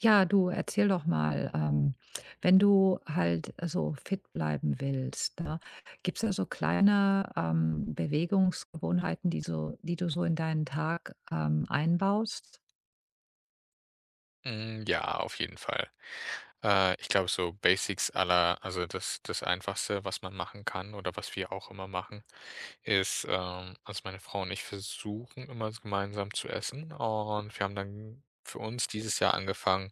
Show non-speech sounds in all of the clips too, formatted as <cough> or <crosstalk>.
Ja, du erzähl doch mal, wenn du halt so fit bleiben willst, ne, gibt's da so kleine, Bewegungsgewohnheiten, die so die du so in deinen Tag, einbaust? Hm, ja, auf jeden Fall. Ich glaube, so Basics aller also das Einfachste, was man machen kann oder was wir auch immer machen, ist, also meine Frau und ich versuchen immer gemeinsam zu essen, und wir haben dann für uns dieses Jahr angefangen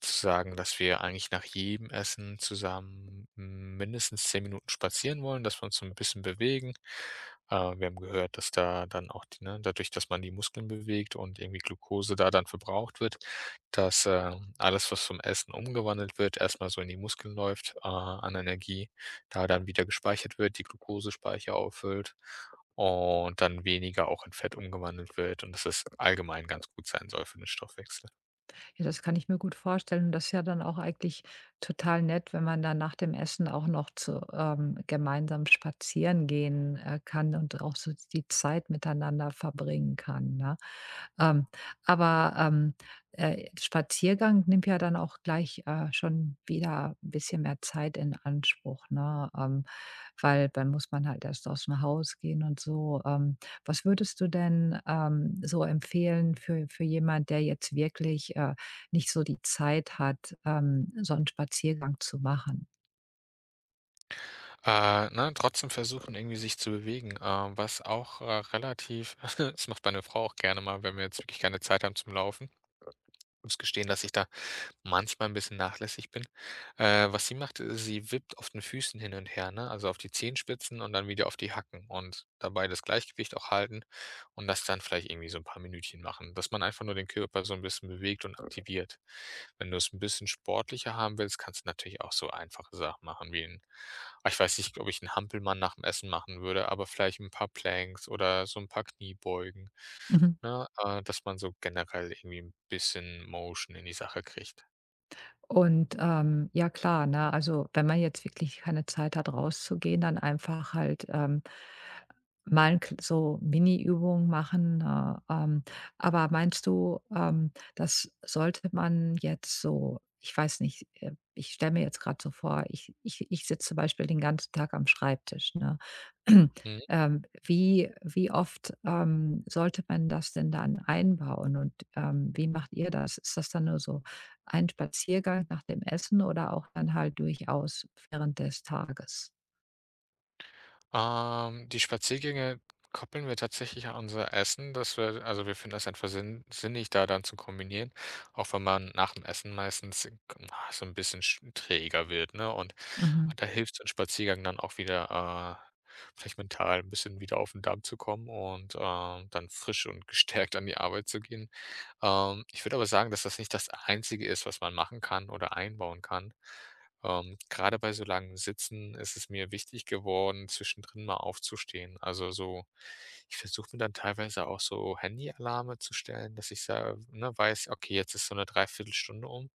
zu sagen, dass wir eigentlich nach jedem Essen zusammen mindestens 10 Minuten spazieren wollen, dass wir uns so ein bisschen bewegen. Wir haben gehört, dass da dann auch die, ne, dadurch, dass man die Muskeln bewegt und irgendwie Glucose da dann verbraucht wird, dass alles, was vom Essen umgewandelt wird, erstmal so in die Muskeln läuft, an Energie, da dann wieder gespeichert wird, die Glukosespeicher auffüllt und dann weniger auch in Fett umgewandelt wird und dass es allgemein ganz gut sein soll für den Stoffwechsel. Ja, das kann ich mir gut vorstellen. Und das ist ja dann auch eigentlich total nett, wenn man dann nach dem Essen auch noch gemeinsam spazieren gehen kann und auch so die Zeit miteinander verbringen kann, ne? Ähm, aber Spaziergang nimmt ja dann auch gleich schon wieder ein bisschen mehr Zeit in Anspruch, ne? Weil dann muss man halt erst aus dem Haus gehen und so. Was würdest du denn so empfehlen für jemand, der jetzt wirklich nicht so die Zeit hat, so einen Spaziergang zu machen. Ne, trotzdem versuchen, irgendwie sich zu bewegen. Was auch, relativ <laughs> das macht meine Frau auch gerne mal, wenn wir jetzt wirklich keine Zeit haben zum Laufen. Muss gestehen, dass ich da manchmal ein bisschen nachlässig bin. Was sie macht, sie wippt auf den Füßen hin und her, ne? Also, auf die Zehenspitzen und dann wieder auf die Hacken und dabei das Gleichgewicht auch halten und das dann vielleicht irgendwie so ein paar Minütchen machen, dass man einfach nur den Körper so ein bisschen bewegt und aktiviert. Wenn du es ein bisschen sportlicher haben willst, kannst du natürlich auch so einfache Sachen machen wie ich weiß nicht, ob ich 'n Hampelmann nach dem Essen machen würde, aber vielleicht ein paar Planks oder so ein paar Kniebeugen, Mhm. ne? Dass man so generell irgendwie ein bisschen Motion in die Sache kriegt. Und, ja klar, ne, also, wenn man jetzt wirklich keine Zeit hat, rauszugehen, dann einfach halt, mal 'n kl so Mini-Übungen machen, ne? Aber meinst du, das sollte man jetzt so Ich weiß nicht, ich stelle mir jetzt gerade so vor, ich sitze zum Beispiel den ganzen Tag am Schreibtisch, ne? <clears throat> Wie oft, sollte man das denn dann einbauen und, wie macht ihr das? Ist das dann nur so ein Spaziergang nach dem Essen oder auch dann halt durchaus während des Tages? Die Spaziergänge koppeln wir tatsächlich an unser Essen, dass wir, also, wir finden das einfach sinnig, da dann zu kombinieren, auch wenn man nach dem Essen meistens so ein bisschen sch träger wird, ne? Und Mhm, da hilft so ein Spaziergang dann auch wieder, vielleicht mental ein bisschen wieder auf den Damm zu kommen und, dann frisch und gestärkt an die Arbeit zu gehen. Ich würde aber sagen, dass das nicht das Einzige ist, was man machen kann oder einbauen kann. Grade bei so langen Sitzen ist es mir wichtig geworden, zwischendrin mal aufzustehen. Also, so ich versuche mir dann teilweise auch so Handyalarme zu stellen, dass ich sa ne, weiß: „Okay, jetzt ist so eine Dreiviertelstunde um.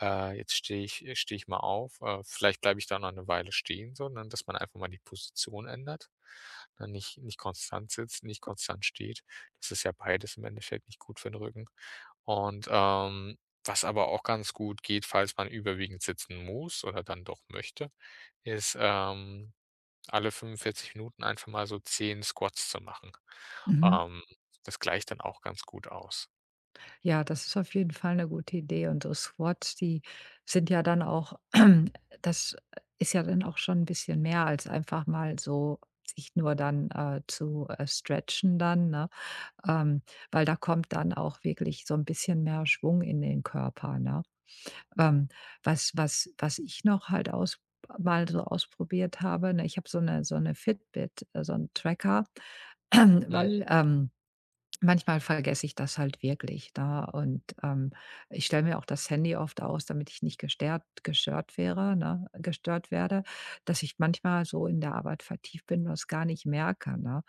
Jetzt stehe ich mal auf.“ Vielleicht bleibe ich da noch eine Weile stehen, sondern dass man einfach mal die Position ändert, ne, nicht konstant sitzt, nicht konstant steht. Das ist ja beides im Endeffekt nicht gut für den Rücken. Und, was aber auch ganz gut geht, falls man überwiegend sitzen muss oder dann doch möchte, ist, alle 45 Minuten einfach mal so 10 Squats zu machen. mhm. Ähm, das gleicht dann auch ganz gut aus. Ja, das ist auf jeden Fall eine gute Idee, und so Squats, die sind ja dann auch <clears throat> das ist ja dann auch schon ein bisschen mehr als einfach mal so sich nur dann, zu stretchen dann, ne? Ähm, weil da kommt dann auch wirklich so ein bisschen mehr Schwung in den Körper, ne? Ähm, was ich noch halt aus mal so ausprobiert habe, ne, ich habe so eine Fitbit, so 'n Tracker, <clears throat> Mhm. weil manchmal vergesse ich das halt wirklich, da. Und ich stelle mir auch das Handy oft aus, damit ich nicht gestört wäre, ne gestört werde, dass ich manchmal so in der Arbeit vertieft bin und das gar nicht merke, ne?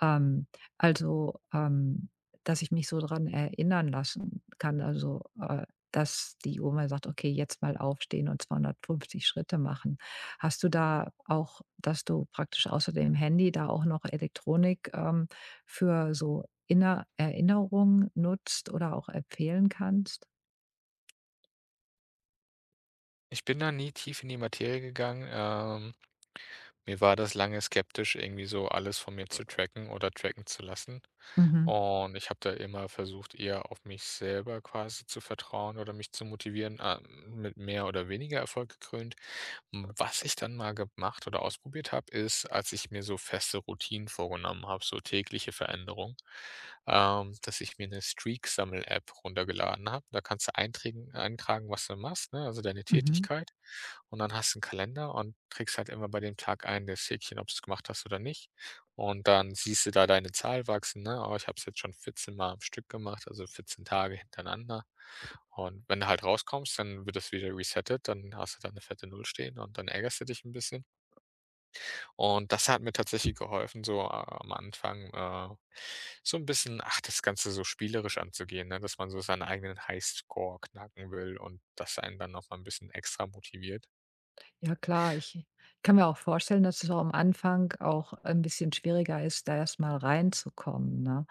Ähm, also, dass ich mich so dran erinnern lassen kann, also, dass die Oma sagt: „Okay, jetzt mal aufstehen und 250 Schritte machen.“ Hast du da auch dass du praktisch außer dem Handy da auch noch Elektronik, für so inner Erinnerungen nutzt oder auch empfehlen kannst? Ich bin da nie tief in die Materie gegangen. Mir war das lange skeptisch, irgendwie so alles von mir zu tracken oder tracken zu lassen. Mhm, Und ich habe da immer versucht, eher auf mich selber quasi zu vertrauen oder mich zu motivieren, mit mehr oder weniger Erfolg gekrönt. Hm, was ich dann mal gemacht oder ausprobiert habe, ist, als ich mir so feste Routinen vorgenommen habe, so tägliche Veränderungen, dass ich mir eine Streak-Sammel-App runtergeladen habe. Da kannst du eintragen, was du machst, ne, also deine mhm. Tätigkeit. Und dann hast du einen Kalender und trägst halt immer bei dem Tag ein, das Häkchen, ob du es gemacht hast oder nicht. Und dann siehst du da deine Zahl wachsen, ne: „Oh, ich habe es jetzt schon 14 Mal am Stück gemacht, also 14 Tage hintereinander.“ Und wenn du halt rauskommst, dann wird das wieder resettet, dann hast du da eine fette Null stehen und dann ärgerst du dich ein bisschen. Und das hat mir tatsächlich geholfen, so a am Anfang, so ein bisschen, ach, das Ganze so spielerisch anzugehen, ne, dass man so seinen eigenen Highscore knacken will und das einen dann noch mal 'n bisschen extra motiviert. Ja klar, ich kann mir auch vorstellen, dass es auch am Anfang auch ein bisschen schwieriger ist, da erst mal reinzukommen, ne?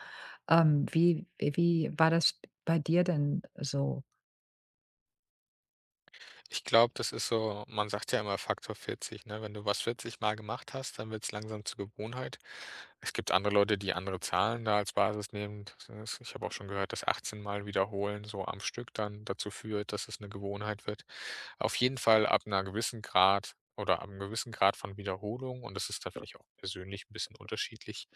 Wie war das bei dir denn so? Ich glaube, das ist so, man sagt ja immer Faktor 40, ne? Wenn du was 40 Mal gemacht hast, dann wird es langsam zur Gewohnheit. Es gibt andere Leute, die andere Zahlen da als Basis nehmen. Das ist, ich habe auch schon gehört, dass 18 Mal Wiederholen so am Stück dann dazu führt, dass es eine Gewohnheit wird. Auf jeden Fall ab 'ner gewissen Grad oder ab 'nem gewissen Grad von Wiederholung, und das ist dann, ja, vielleicht auch persönlich ein bisschen unterschiedlich,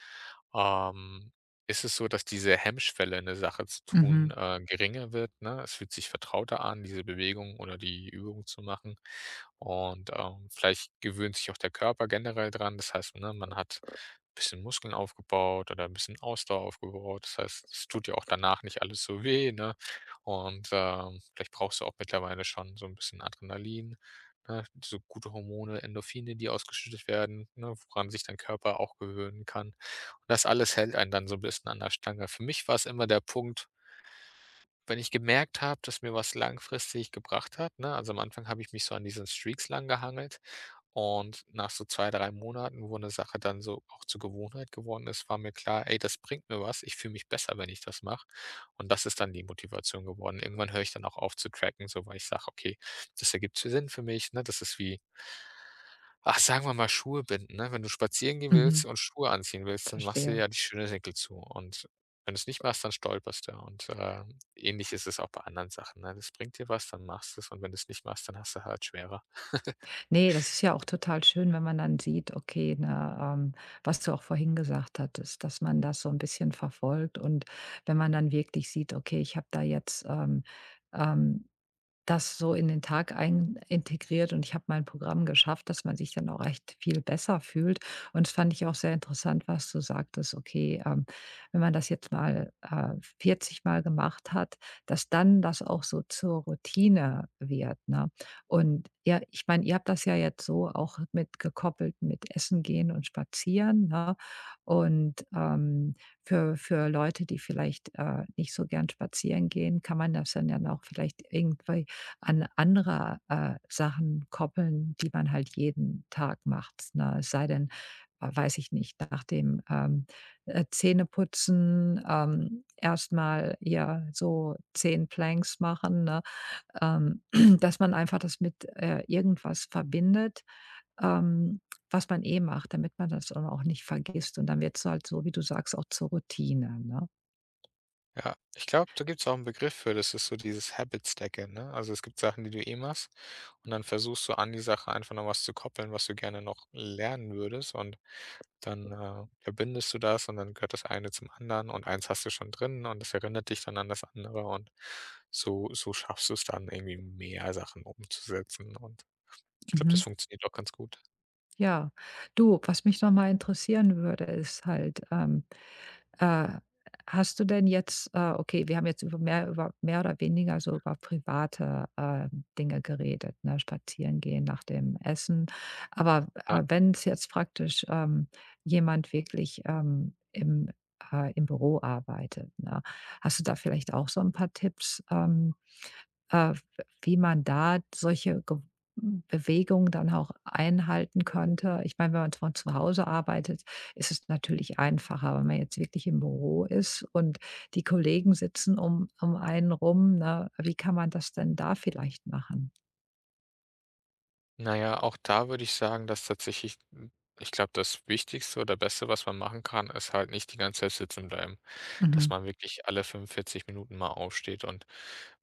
ähm ist es so, dass diese Hemmschwelle, eine Sache zu tun, Mhm, geringer wird, ne? Es fühlt sich vertrauter an, diese Bewegung oder die Übung zu machen. Und, vielleicht gewöhnt sich auch der Körper generell dran. Das heißt, ne, man hat ein bisschen Muskeln aufgebaut oder 'n bisschen Ausdauer aufgebaut. Das heißt, es tut ja auch danach nicht alles so weh, ne? Und, vielleicht brauchst du auch mittlerweile schon so ein bisschen Adrenalin, ne, so gute Hormone, Endorphine, die ausgeschüttet werden, ne, woran sich dein Körper auch gewöhnen kann. Das alles hält einen dann so ein bisschen an der Stange. Für mich war es immer der Punkt, wenn ich gemerkt habe, dass mir was langfristig gebracht hat, ne? Also, am Anfang habe ich mich so an diesen Streaks langgehangelt und nach so 2, 3 Monaten, wo eine Sache dann so auch zur Gewohnheit geworden ist, war mir klar: „Ey, das bringt mir was. Ich fühle mich besser, wenn ich das mache.“ Und das ist dann die Motivation geworden. Irgendwann höre ich dann auch auf zu tracken, so, weil ich sage: „Okay, das ergibt Sinn für mich“, ne? Das ist wie, ach, sagen wir mal, Schuhe binden, ne? Wenn du spazieren gehen mhm, willst und Schuhe anziehen willst, dann machst du dir verstehe. ja die Schnürsenkel zu. Und wenn du's nicht machst, dann stolperst du. Und, ähnlich ist es auch bei anderen Sachen, ne? Das bringt dir was, dann machst du's, und wenn du's nicht machst, dann hast du halt schwerer. <laughs> Ne, das ist ja auch total schön, wenn man dann sieht, okay, ne, was du auch vorhin gesagt hattest, dass man das so ein bisschen verfolgt, und wenn man dann wirklich sieht: „Okay, ich habe da jetzt, ähm“ das so in den Tag ein integriert und ich habe mein Programm geschafft“, dass man sich dann auch echt viel besser fühlt. Und das fand ich auch sehr interessant, was du sagtest, okay, wenn man das jetzt mal 40 Mal gemacht hat, dass dann das auch so zur Routine wird, ne? Und ja, ich meine, ihr habt das ja jetzt so auch mit gekoppelt mit Essen gehen und Spazieren, ne? Und für für Leute, die vielleicht nicht so gern spazieren gehen, kann man das dann ja auch vielleicht irgendwie an andere, Sachen koppeln, die man halt jeden Tag macht, ne? Es sei denn, weiß ich nicht, nach dem, Zähneputzen, erst ja, so 10 Planks machen, ne? Ähm, <clears throat> dass man einfach das mit, irgendwas verbindet, ähm, was man eh macht, damit man das dann auch nicht vergisst. Und dann wird es halt so, wie du sagst, auch zur Routine, ne? Ja, ich glaube, da gibt's auch einen Begriff für. Das ist so dieses Habit Stacking, ne? Also, es gibt Sachen, die du eh machst, und dann versuchst du an die Sache einfach noch was zu koppeln, was du gerne noch lernen würdest, und dann, verbindest du das, und dann gehört das eine zum anderen und eins hast du schon drin und das erinnert dich dann an das andere, und so so schaffst du es dann irgendwie mehr Sachen umzusetzen, und ich glaube, das Mhm. funktioniert auch ganz gut. Ja, du, was mich nochmal interessieren würde, ist halt, äh, hast du denn jetzt, okay, wir haben jetzt über mehr oder weniger so über private, Dinge geredet, ne, spazieren gehen nach dem Essen. Aber, Ja. Wenn es jetzt praktisch, jemand wirklich, im Büro arbeitet, ne? Hast du da vielleicht auch so ein paar Tipps, äh, wie man da solche Bewegungen dann auch einhalten könnte? Ich meine, wenn man von zu Hause arbeitet, ist es natürlich einfacher, wenn man jetzt wirklich im Büro ist und die Kollegen sitzen um einen rum, ne? Wie kann man das denn da vielleicht machen? Na ja, auch da würde ich sagen, dass tatsächlich, ich glaube, das Wichtigste oder Beste, was man machen kann, ist halt nicht die ganze Zeit sitzen bleiben. Dass Mhm, man wirklich alle 45 Minuten mal aufsteht und,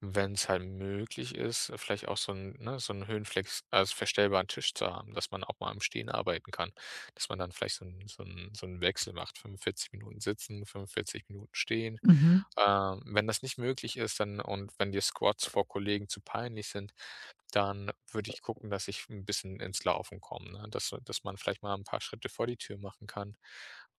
wenn es halt möglich ist, vielleicht auch so 'n Höhenflex, also verstellbaren Tisch zu haben, dass man auch mal im Stehen arbeiten kann, dass man dann vielleicht so 'n Wechsel macht, 45 Minuten sitzen, 45 Minuten stehen. mhm, Wenn das nicht möglich ist, dann, und wenn dir Squats vor Kollegen zu peinlich sind, dann würde ich gucken, dass ich ein bisschen ins Laufen komme, ne? Dass man vielleicht mal ein paar Schritte vor die Tür machen kann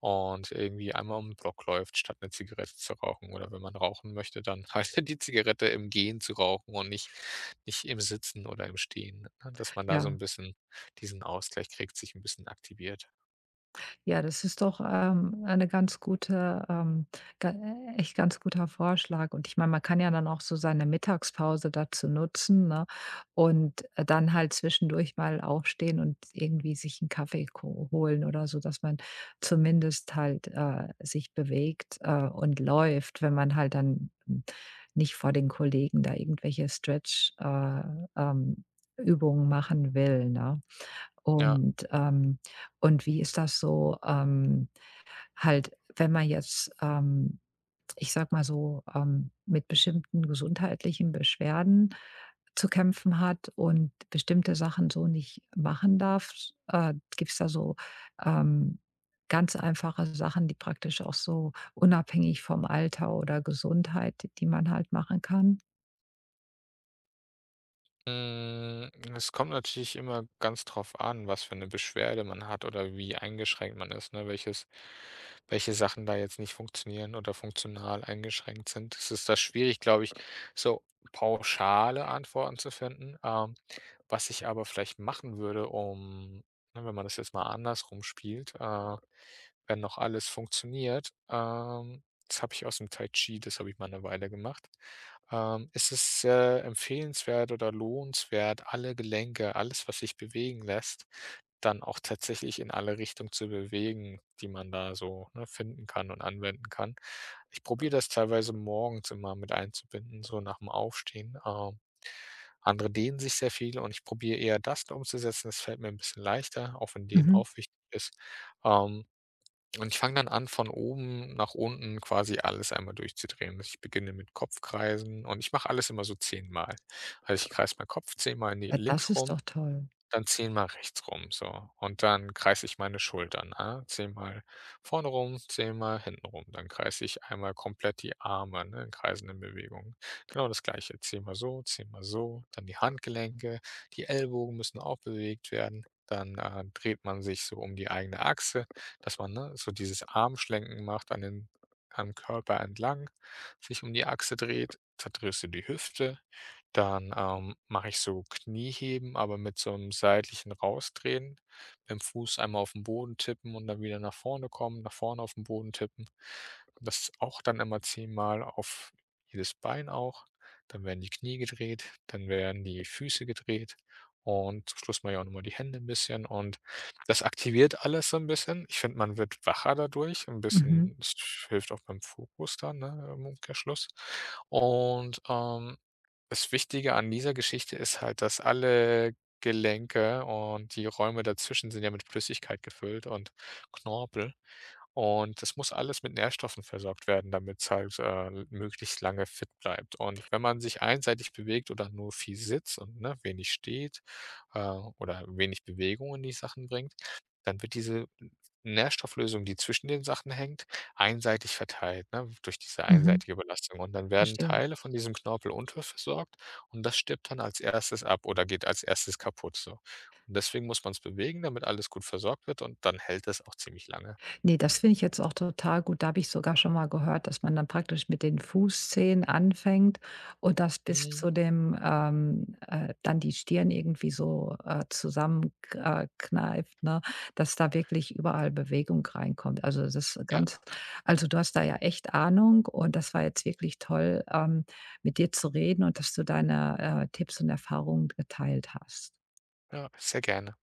und irgendwie einmal um den Block läuft, statt eine Zigarette zu rauchen. Oder wenn man rauchen möchte, dann <laughs> halt die Zigarette im Gehen zu rauchen und nicht im Sitzen oder im Stehen, ne? Dass man da so ein ja. bisschen diesen Ausgleich kriegt, sich ein bisschen aktiviert. Ja, das ist doch, eine ganz gute, ga echt ganz guter Vorschlag. Und ich meine, man kann ja dann auch so seine Mittagspause dazu nutzen, ne, und, dann halt zwischendurch mal aufstehen und irgendwie sich einen Kaffee ko holen oder so, dass man zumindest halt, sich bewegt, und läuft, wenn man halt dann, nicht vor den Kollegen da irgendwelche Stretch, ähm, Übungen machen will, ne? Ja. Und und wie ist das so, halt, wenn man jetzt, ich sag mal so, mit bestimmten gesundheitlichen Beschwerden zu kämpfen hat und bestimmte Sachen so nicht machen darf, gibt's da so, ähm, ganz einfache Sachen, die praktisch auch so unabhängig vom Alter oder Gesundheit, die man halt machen kann? Hm, es kommt natürlich immer ganz drauf an, was für eine Beschwerde man hat oder wie eingeschränkt man ist, ne? Welche Sachen da jetzt nicht funktionieren oder funktional eingeschränkt sind. Es ist da schwierig, glaube ich, so pauschale Antworten zu finden. Was ich aber vielleicht machen würde, um, ne, wenn man das jetzt mal andersrum spielt, wenn noch alles funktioniert, das habe ich aus dem Tai Chi, das habe ich mal eine Weile gemacht. Es ist, empfehlenswert oder lohnenswert, alle Gelenke, alles, was sich bewegen lässt, dann auch tatsächlich in alle Richtungen zu bewegen, die man da so, ne, finden kann und anwenden kann. Ich probiere das teilweise morgens immer mit einzubinden, so nach dem Aufstehen. Andere dehnen sich sehr viel und ich probiere eher das umzusetzen. Das fällt mir ein bisschen leichter, auch wenn Dehnen Mhm. auch wichtig ist. Ähm und ich fange dann an, von oben nach unten quasi alles einmal durchzudrehen. Also, ich beginne mit Kopfkreisen und ich mache alles immer so zehnmal. Also, ich kreise meinen Kopf zehnmal in die Ja, das links ist rum, doch toll. dann zehnmal rechts rum so, und dann kreise ich meine Schultern, ne? Zehnmal vorne rum, zehnmal hinten rum. Dann kreise ich einmal komplett die Arme, ne, in kreisenden Bewegungen. Genau das Gleiche, zehnmal so, dann die Handgelenke, die Ellbogen müssen auch bewegt werden. Dann, dreht man sich so um die eigene Achse, dass man, ne, so dieses Armschlenken macht an den am Körper entlang, sich um die Achse dreht. Verdrehst du die Hüfte. Dann, mache ich so Knieheben, aber mit so einem seitlichen Rausdrehen, mit'm Fuß einmal auf'n Boden tippen und dann wieder nach vorne kommen, nach vorne auf'n Boden tippen. Das auch dann immer zehnmal auf jedes Bein auch. Dann werden die Knie gedreht, dann werden die Füße gedreht und zum Schluss mache ich auch noch mal die Hände ein bisschen, und das aktiviert alles so ein bisschen. Ich finde, man wird wacher dadurch. Ein Mhm, bisschen, es hilft auch beim Fokus dann, ne, im Umkehrschluss, und das Wichtige an dieser Geschichte ist halt, dass alle Gelenke und die Räume dazwischen sind ja mit Flüssigkeit gefüllt und Knorpel. Und das muss alles mit Nährstoffen versorgt werden, damit es halt, möglichst lange fit bleibt. Und wenn man sich einseitig bewegt oder nur viel sitzt und, ne, wenig steht, äh, oder wenig Bewegung in die Sachen bringt, dann wird diese Nährstofflösung, die zwischen den Sachen hängt, einseitig verteilt, ne, durch diese Mhm. einseitige Belastung. Und dann werden Verstehe. Teile von diesem Knorpel unterversorgt, und das stirbt dann als Erstes ab oder geht als Erstes kaputt, so. Und deswegen muss man es bewegen, damit alles gut versorgt wird und dann hält es auch ziemlich lange. Ne, das finde ich jetzt auch total gut. Da habe ich sogar schon mal gehört, dass man dann praktisch mit den Fußzehen anfängt und das bis Mhm. zu dem dann die Stirn irgendwie so, zusammen kneift, ne, dass da wirklich überall Bewegung reinkommt. Also, das ist Ja, ganz also, du hast da ja echt Ahnung und das war jetzt wirklich toll, mit dir zu reden und dass du deine, Tipps und Erfahrungen geteilt hast. ja, sehr gerne.